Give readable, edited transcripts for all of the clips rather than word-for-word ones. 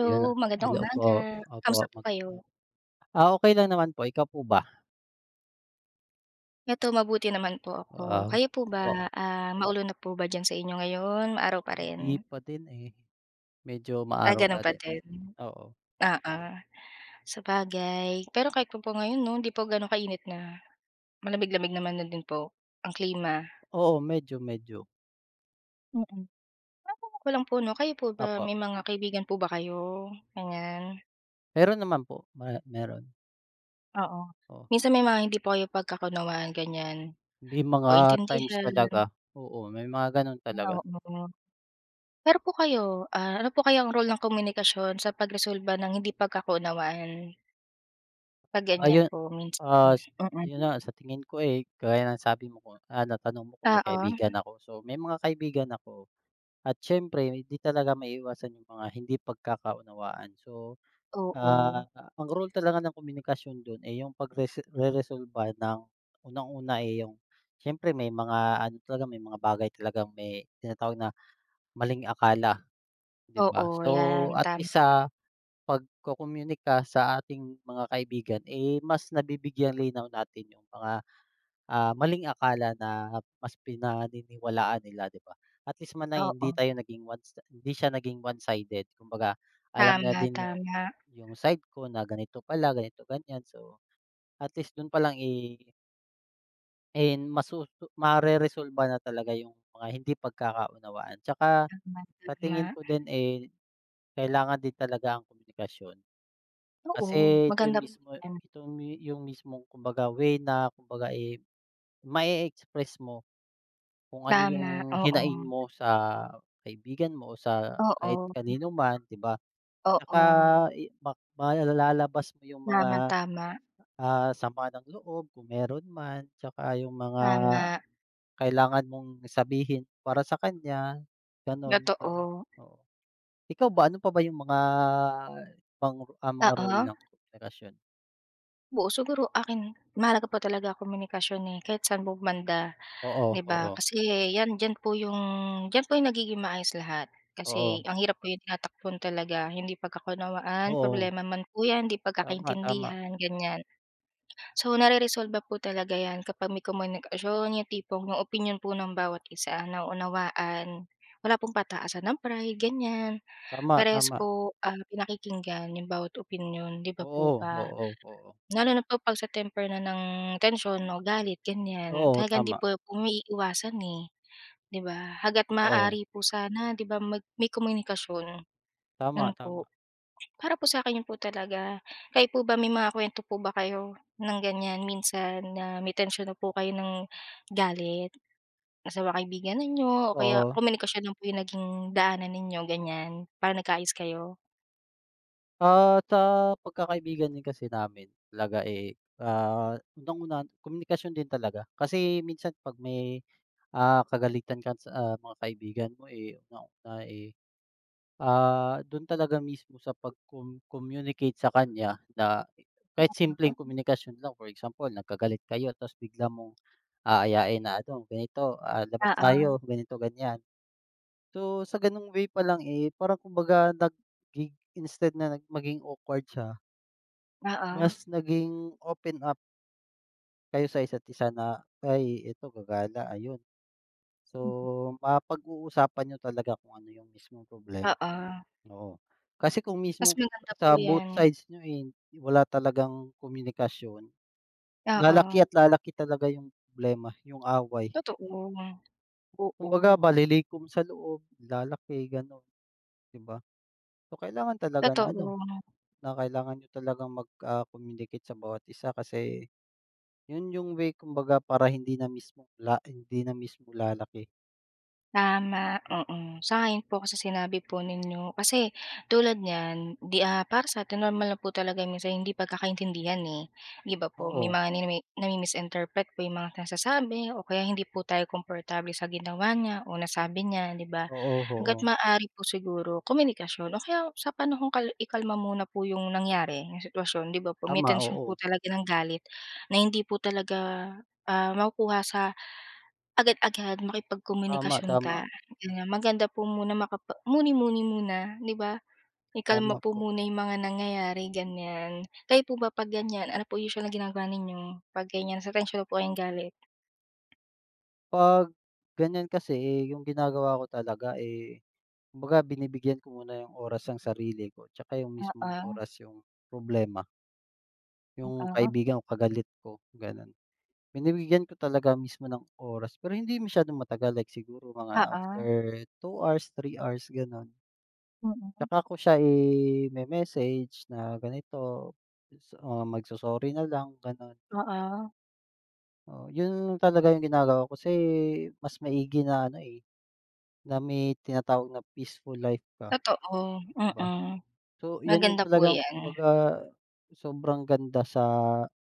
Ayun na magandang hello po, umaga. opo Kamusta po mag kayo? ah, okey lang naman po, ikaw po ba? Eto mabuti naman po ako. Wow. Kayo po ba, Opo, maulan na po ba diyan sa inyo ngayon? Maaraw pa rin? hindi pa din, eh, medyo maaraw pa Gano'n pa din, din? oo. Oo, sabagay. Pero kahit po ngayon 'no, hindi po gano'n kainit na. Malamig-lamig naman na din po ang klima. Oo, medyo, medyo, Mm. Matanong ko lang po 'no, kayo po ba opo. may mga kaibigan po ba kayo, ganiyan? Meron naman po, meron, Oo. oo. Minsan may mga hindi po kayo pagkakaunawaan ganiyan May o mga times intindihan. talaga, oo, may mga gano'n talaga. Ah, oo. Pero po kayo, ano po kaya ang role ng komunikasyon sa pagresolba ng hindi pagkakaunawaan, 'pag ganyan Ayun, po minsan? ah, Mm. ayun na sa tingin ko, eh, gaya ng sabi mo ko ah, natanong mo kung may Oo, kaibigan ako. So, may mga kaibigan ako at siyempre hindi talaga maiiwasan yung mga hindi pagkakaunawaan. So, oo. ah, ang role talaga ng komunikasyon don, eh, yung reresolba ng unang-una, eh, yung siyempre may mga ano talaga, may mga bagay talagang may tinatawag na maling akala, 'di Oo, ba? So, 'yan at least tama, sa pagko-communicate ka sa ating mga kaibigan, eh, mas nabibigyang linaw natin yung mga ah, maling akala na mas pinaniniwalaan nila, 'di ba? At least man lang oo. hindi tayo naging one si hindi siya naging one-sided kumbaga alam na Tama, din tama, yung side ko na ganito pala, ganito, ganyan. So, at least dun palang, eh, eh, mareresolba na talaga yung mga hindi pagkakaunawaan. Tsaka tama, sa tingin tama. ko din, eh, kailangan din talaga ang komunikasyon. Oo, Kasi ito maganda yung po mismo 'yan. ito yung mismong kumbaga way na kumbaga, eh, ma express mo kung ano yung Tama, oo. hinaing mo sa kaibigan mo o sa kahit Oo, kanino man, 'di ba? Tsaka oo. i ma malalabas mo yung Tama, mga, tama, ah, sama ng loob kung meron man, tsaka yung mga tama. kailangan mong sabihin para sa kanya, gano'n. So, Totoo. oo. Ikaw ba, ano pa ba yung mga pang ah, mga Oo, role ng komunikasyon? oo siguro akin mahalaga po talaga komunikasyon, eh, kahit saan po banda. Oo, 'Di ba? oo, Kasi 'yan diyan po yung nagiging maayos lahat. Kasi oo, ang hirap po yung tinatakbuhan talaga, hindi pagkakunawaan, oo. problema man po 'yan, hindi Tama, tama, pagkakaintindihan, ganiyan. So, nareresolba po talaga 'yan kapag may komunikasyon, yung tipong yung opinyon po ng bawat isa naunawaan, wala pong pataasan ng pride, ganiyan. tama, Parehas tama. po, pinakikinggan yung bawat opinyon, 'di ba Oo, po ba? oo, oo. Lalo na po 'pag sa temper na ng tensyon o galit, ganiyan, Oo, talagang hindi tama, po umiiwasan, eh. 'Di ba? Hangga't oo. maaari po sana 'di ba mag may komunikasyon, 'yun Tama, tama. po. Para po sa'kin 'yun po talaga. Kayo po ba may mga kuwento po ba kayo ng ganiyan minsan na may tensyon na po kayo ng galit sa mga kaibigan ninyo o kaya Oo, komunikasyon lang po 'yung naging daanan ninyo ganiyan, para nagkaayos kayo? ah, sa pagkakaibigan din kasi namin talaga, eh, ah, unang-una komunikasyon din talaga. Kasi minsan 'pag may, ah, kagalitan ka sa, ah, mga kaibigan mo, eh, unang-una, eh, ah, dun talaga mismo sa pag-com-communicate sa kanya na kahit simpleng komunikasyon lang. For example, nagkagalit kayo tapos bigla mong aayain na ano, ganito, ah, labas Oo, tayo, ganito, ganyan. So, sa gano'ng way pa lang, eh, parang kumbaga nag-gig instead na nag maging awkward siya, oo. mas naging open up kayo sa isa't isa na, "Ay, eto gagala," ayun. So, Mm. mapag-uusapan niyo talaga kung ano yung mismong problema, Oo, oo. Kasi kung mas mismo maganda po sa both 'yan. sides niyo, eh, wala talagang komunikasyon, Oo, lalaki at lalaki talaga yung problema, yung away. totoo. Kumbaga, Oo, balilikom sa loob, lalaki gano'n, 'di ba? So, kailangan talaga na totoo. ano na kailangan nyo talagang mag, ah, communicate sa bawat isa kasi yun yung way kumbaga para hindi na mismo la hindi na mismo lalaki. Tama, O oo. Sa ayon po ako sinabi po ninyo. Kasi tulad niyan, 'di, para sa'tin normal na po talaga minsan hindi pagkakaintindihan, eh, 'di ba po? May oo, mga nami nami-misinterpret po yung mga nasasabi o kaya hindi po tayo komportable sa ginawa niya o nasabi niya, 'di ba? oo. Oo, Hangga't maaari po siguro komunikasyon o kaya sa panahon kal ikalma muna po yung nangyari, yung sitwasyon, 'di ba po? May tama, tensyon oo. po talaga ng galit na hindi po talaga, makukuha sa Agad-agad Tama, makipagkomunikasyon ka, tama. Hmm, ganyan. Maganda po muna makapa muni-muni muna, 'di ba? Ikalma tama po po. muna yung mga nangyayari, ganyan. Kayo po ba 'pag ganyan, ano po usual na ginagawa ninyo 'pag ganyan, sa tensyon na po kayong galit? 'Pag ganyan kasi, eh, yung ginagawa ko talaga, eh, kumbaga binibigyan ko muna yung oras ang sarili ko, tsaka yung mismong Oo, oras yung problema, yung oo, kaibigan o kagalit ko, gano'n. Binibigyan ko talaga mismo ng oras pero hindi masyadong matagal like siguro mga oo, after 2 hours, 3 hours gano'n. mm, Tsaka ko siya i-me-message na ganito, ah, magso-sorry na lang gano'n. oo, Oo, 'yun talaga yung ginagawa ko kasi mas maigi na ano, eh, na may tinatawag na peaceful life ka, totoo, 'di ba? mm. So 'yan yung Maganda po talagang 'yan, kumbaga sobrang ganda sa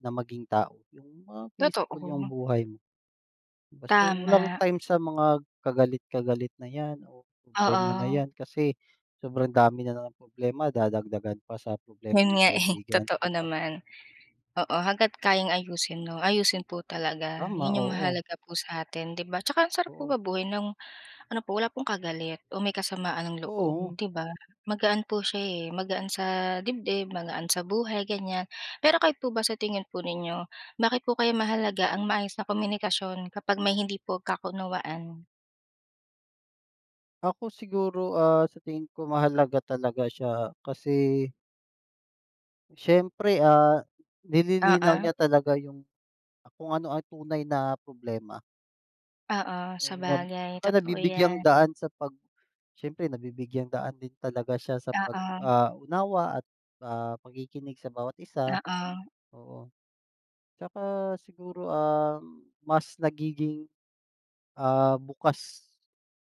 na maging tao, yung mga totoo, peaceful yung buhay. 'Di ba, so walang tama, time sa mga kagalit-kagalit na 'yan o oo. problema na 'yan kasi sobrang dami na ng problema dadagdagan pa sa problema 'Yun ng nga, eh, kaibigan, totoo 'di ba? naman. Oo, hangga't kayang ayusin 'no, ayusin po talaga. Tama, 'Yun yung oo, mahalaga po sa atin, 'di ba? Tsaka ang sarap po oo, mabuhay ng ano po, wala pong kagalit o may kasamaan ng loob, oo. 'di ba? Magaan po siya, eh, magaan sa dibdib, magaan sa buhay, ganiyan. Pero kayo po ba, sa tingin po ninyo, bakit po kaya mahalaga ang maayos na komunikasyon kapag may hindi pagkakunawaan? Ako siguro, ah, sa tingin ko mahalaga talaga siya kasi siyempre, ah, nililinaw Oo, niya talaga yung kung ano ang tunay na problema. oo, Oo, sabagay, tsaka totoo nabibigyang 'yan. daan sa pag siyempre nabibigyang daan din talaga siya sa pag Oo, ah, unawa at, ah, pakikinig sa bawat isa, oo, oo. Tsaka siguro, mas nagiging, ah, bukas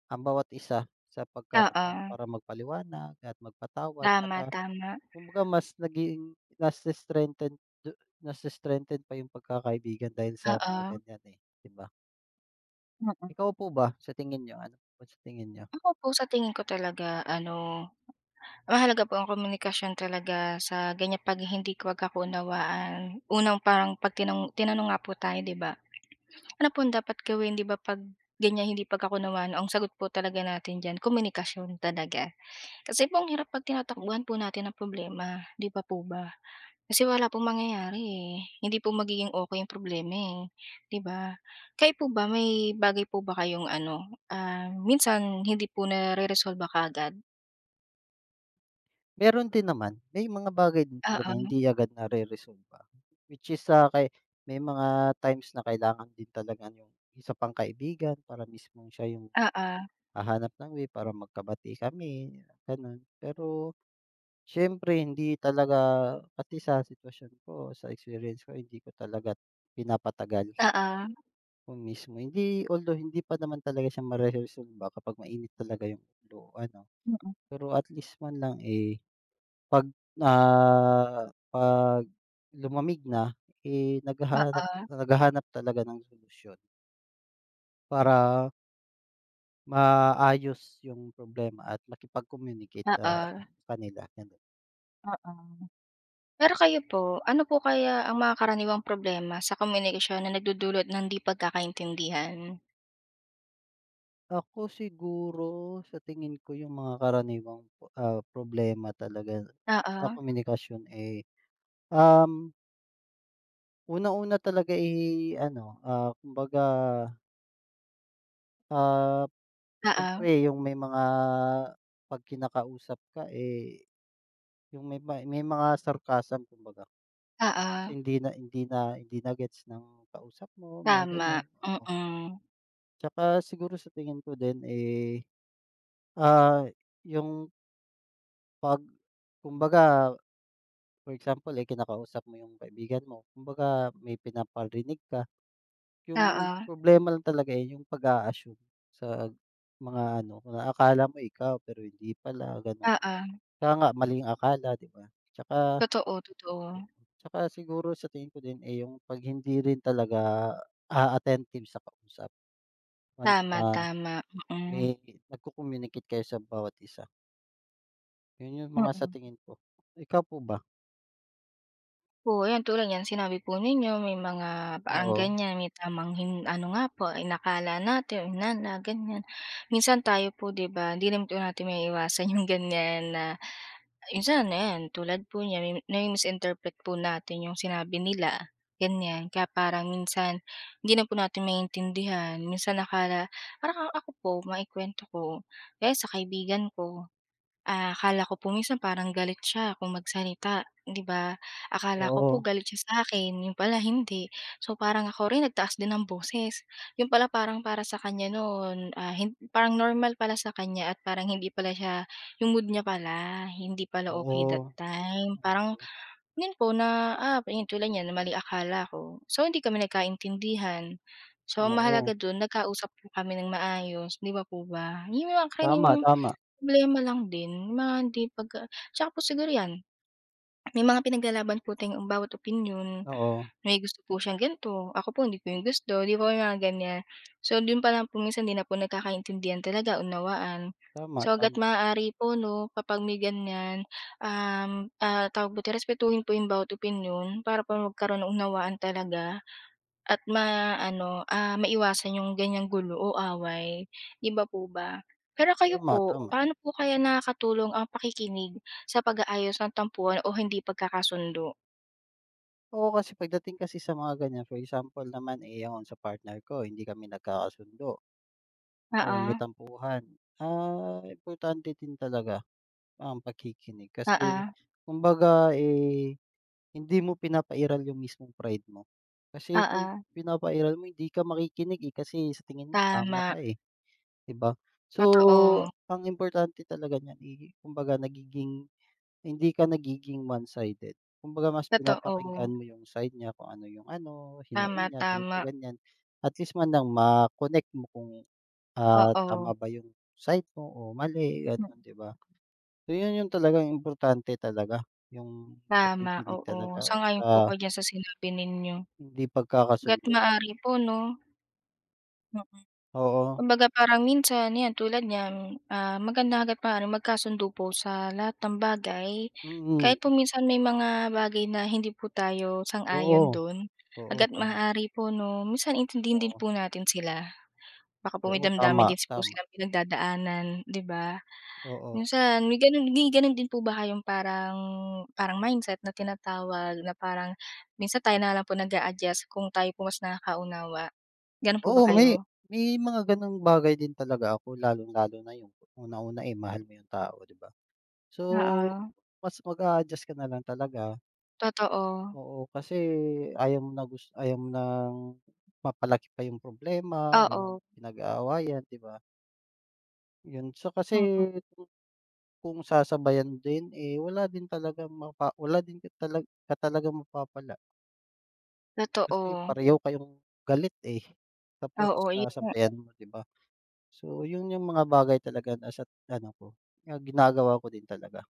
ang bawat isa sa pagkakataon oo. para magpaliwanag at magpatawad Tama, tsaka tama. kumbaga mas naging nase-strengthen du nase-strengthen pa yung pagkakaibigan dahil sa mga Oo, ganyan, eh, 'di ba? mm. Ikaw po ba, sa tingin niyo, ano po sa tingin niyo? Ako po sa tingin ko talaga ano, mahalaga po ang komunikasyon talaga sa ganyan 'pag hindi pagkakaunawaan. Unang parang 'pag tinanong tinanong nga po tayo 'di ba, ano po ang dapat gawin 'di ba 'pag ganyan hindi pagkakaunawaan, ang sagot po talaga natin diyan komunikasyon talaga. Kasi po ang hirap 'pag tinatakbuhan po natin ang problema, 'di ba po ba? Kasi wala pong mangyayari, eh, hindi po magiging okey yung problema, eh, 'di ba? Kayo po ba may bagay po ba kayong ano, minsan hindi po resolve kaagad? Meron din naman, may mga bagay din talaga Oo, hindi agad nareresolba, which is, sa kay may mga times na kailangan din talaga yung isa pang kaibigan para mismong siya yung oo, hahanap ng way para magkabati kami, gano'n. Pero siyempre hindi talaga kasi sa sitwasyon ko, sa experience ko, hindi ko talaga pinapatagal oo, ko mismo. Hindi although hindi pa naman talaga siya mare-resolve ba kapag mainit talaga yung ulo ano, mm, pero at least man lang, eh, 'pag, ah, 'pag lumamig na, eh, naghahanap oo, naghahanap talaga ng solusyon para maayos yung problema at makipag-communicate ah, oo, sa kanila, gano'n. oo. Pero kayo po, ano po kaya ang mga karaniwang problema sa komunikasyon na nagdudulot ng di pagkakaintindihan? Ako siguro sa tingin ko yung mga karaniwang, ah, problema talaga sa Oo, komunikasyon, eh, um, unang-una talaga, eh, ano, ah, kumbaga, ah, oo, siyempre yung may mga 'pag kinakausap ka, eh, yung may mga sarcasm kumbaga, which is oo, hindi na gets ng kausap mo, mga tama, gano'n, oo. mm. Tsaka siguro sa tingin ko din, eh, ah, yung 'pag kumbaga for example, eh, kinakausap mo yung kaibigan mo, kumbaga may pinaparinig ka, yung Oo, problema lang talaga, eh, yung pag-a-assume sa mga ano, na akala mo ikaw pero hindi pala, gano'n. oo, Kaya nga maling akala, 'di ba? Tsaka totoo, totoo. Tsaka siguro sa tingin ko din, eh, yung 'pag hindi rin talaga, ah, attentive sa kausap once Tama, na tama, mm, may nagko-communicate kayo sa bawat isa. Yun yung mga sa mm. tingin ko. Ikaw po ba? Oo, ayan tulad niyan sinabi po ninyo may mga parang Oo, ganyan, may tamang hin ano nga po, inakala natin o hinala ganyan. Minsan tayo po 'di ba, hindi naman po natin maiiwasan yung ganyan na minsan ayan tulad po niyan mi nami-misinterpret po natin yung sinabi nila, ganyan. Kaya parang minsan hindi na po natin maintindihan, minsan nakala, parang ako po maikwento ko, kaya sa kaibigan ko. Akala ko po minsan parang galit siya kung magsalita, 'di ba? Akala ko oo, po galit siya sa akin, yun pala hindi. So, parang ako rin nagtaas din ng boses. Yun pala parang para sa kanya noon, hin parang normal pala sa kanya at parang hindi pala siya yung mood niya pala, hindi pala oo, okay that time. oo, Parang yun po na, yun tulad niyan, mali akala ko. So, hindi kami nagkaintindihan. So, ang mahalaga oo. dun nagkausap po kami ng maayos, 'di ba po ba? Yung mga Tama, karaniwang tama, Problema lang din, mga hindi pagka tsaka po siguro 'yan, may mga pinaglalaban po tayong bawat opinyon, oo, may gusto po siyang ganito, ako po hindi ko yung gusto, 'di po mga ganiyan. So dun pa lang po minsan 'di na po nagkakaintindihan talaga, unawaan. tama, So hangga't tama, maaari po 'no, kapag may ganiyan, tawag dito, respetuhin po 'yung bawat opinyon para po magkaroon ng unawaan talaga at ma ano maiwasan 'yung ganyang gulo o away, 'di ba po ba? Pero kayo tama, po, tama. paano po kaya nakakatulong ang pakikinig sa pag-aayos ng tampuhan o hindi pagkakasundo? Oo, kasi pagdating kasi sa mga ganyan, for example naman, eh, ako sa partner ko hindi kami nagkakasundo, o may Oo, tampuhan, ah, importante din talaga ang pakikinig kasi oo. kumbaga, eh, hindi mo pinapairal yung mismong pride mo. Kasi kung Oo, pinapairal mo hindi ka makikinig, eh, kasi sa tingin mo tama tama. ka, eh, 'di ba? So, Totoo, ang importante talaga niyan, eh, kumbaga nagiging hindi ka nagiging one-sided. Kumbaga mas totoo. pinapakinggan mo yung side niya kung ano yung ano, Tama, hinaing niya, ganito, tama. ganyan. At least man lang ma-connect mo kung, ah, Oo, tama ba yung side mo o mali, hmm, gano'n, 'di ba? So, yun yung talagang importante talaga, yung tama, pakikinig oo. talaga Sang-ayon po sa ako diyan sa sinabi ninyo. hindi Hangga't pagkakasundo. maaari po 'no? Mm. Oo, Kumbaga parang minsan 'yan tulad niyan, maganda hangga't maaari magkasundo po sa lahat ng bagay. Kahit mm, po minsan may mga bagay na hindi po tayo sang-ayon oo, do'n, oo, hangga't tama, maaari po 'no, minsan intindihin din oo, po natin sila. Baka po may oo, tama, damdamin din po tama, silang pinagdadaanan, 'di ba? oo. Minsan may gano'n din po ba kayong parang parang mindset na tinatawag na parang minsan tayo na lang po nag adjust kung tayo po mas nakakaunawa, gano'n po ba Oo, kayo? may mga gano'ng bagay din talaga ako lalong-lalo na yung unang-una, eh, mahal mo yung tao, 'di ba? So, Oo, mas mag-a-adjust ka na lang talaga, totoo. oo, kasi ayaw mo na ayaw mo ng mapalaki pa yung problema o yung Oo, pinag-aawayan, 'di ba? Yun, so kasi mm, kung sasabayan din, eh, wala din talagang wala din ka talagang mapapala kasi totoo. pareho kayong galit, eh, tapos Oo, 'yun nga, sasabayan mo, 'di ba? So, yun yung mga bagay talaga na sa ano ko, na ginagawa ko din talaga,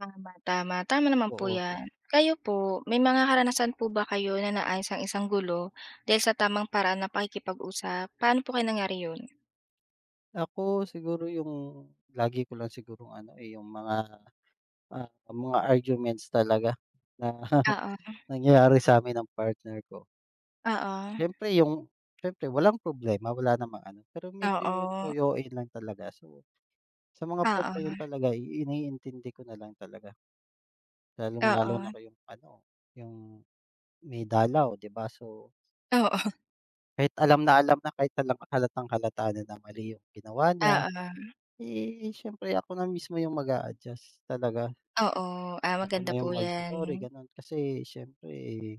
tama, tama, tama naman po oo. 'yan. Kayo po, may mga karanasan po ba kayo na naayos ang isang gulo dahil sa tamang paraan na pakikipag-usap? Paano po kayo nangyari 'yun? Ako siguro yung lagi ko lang sigurong ano, eh, yung mga, ah, mga arguments talaga na Oo, nangyayari sa'min ng partner ko. oo, Siyempre yung siyempre walang problema, wala namang ano, pero medyo oo, toyoin lang talaga so sa mga part na yun oo, talaga iniintindi ko na lang talaga, lalong-lalo oo, na ko yung ano, yung may dalaw 'di ba, so oo, kahit alam na kahit halatang-halata na na mali yung ginawa niya, oo. eh, siyempre ako na mismo yung mag-a-adjust talaga, Oo, ako maganda na po yung 'yan. magso-sorry gano'n. Kasi siyempre, eh,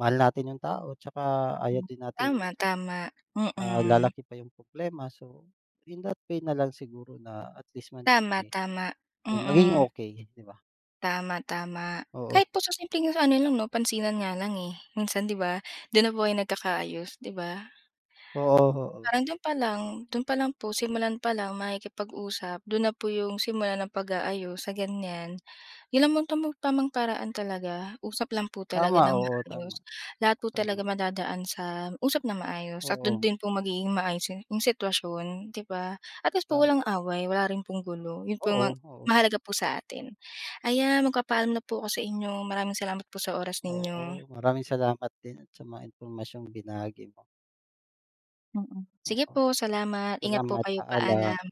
mahal natin yung tao tsaka ayaw Hmm. din nating, Tama, tama, ah, mm. lalaki pa yung problema so in that way na lang siguro na at least man, Tama, tama, eh, maging mm. okey 'di ba? Tama, tama. Oo, Kahit po sa simpleng ano lang 'no, pansinan nga lang, eh. Minsan 'di ba, do'n na po kayo nagkakaayos, 'di ba? oo, oo. Parang do'n pa lang po, simulan pa lang makikipag-usap, do'n na po yung simula ng pag-aayos sa ganiyan. Yun ang tamang tamang paraan talaga, usap lang po talaga Tama, ng oo, tama, maayos. Lahat po tama. talaga madadaan sa usap na maayos at Oo, dun din po magiging maayos yung sitwasyon, 'di ba? At least po tama. walang away, wala rin pong gulo, yun po yung Oo, ma oo, mahalaga po sa atin. Ayan, magpapaalam na po ako sa inyo, maraming salamat po sa oras oo. ninyo. Maraming salamat din at sa mga impormasyong binahagi mo. Mm. Sige Oo, po, salamat, ingat po salamat, kayo, paalam. paalam.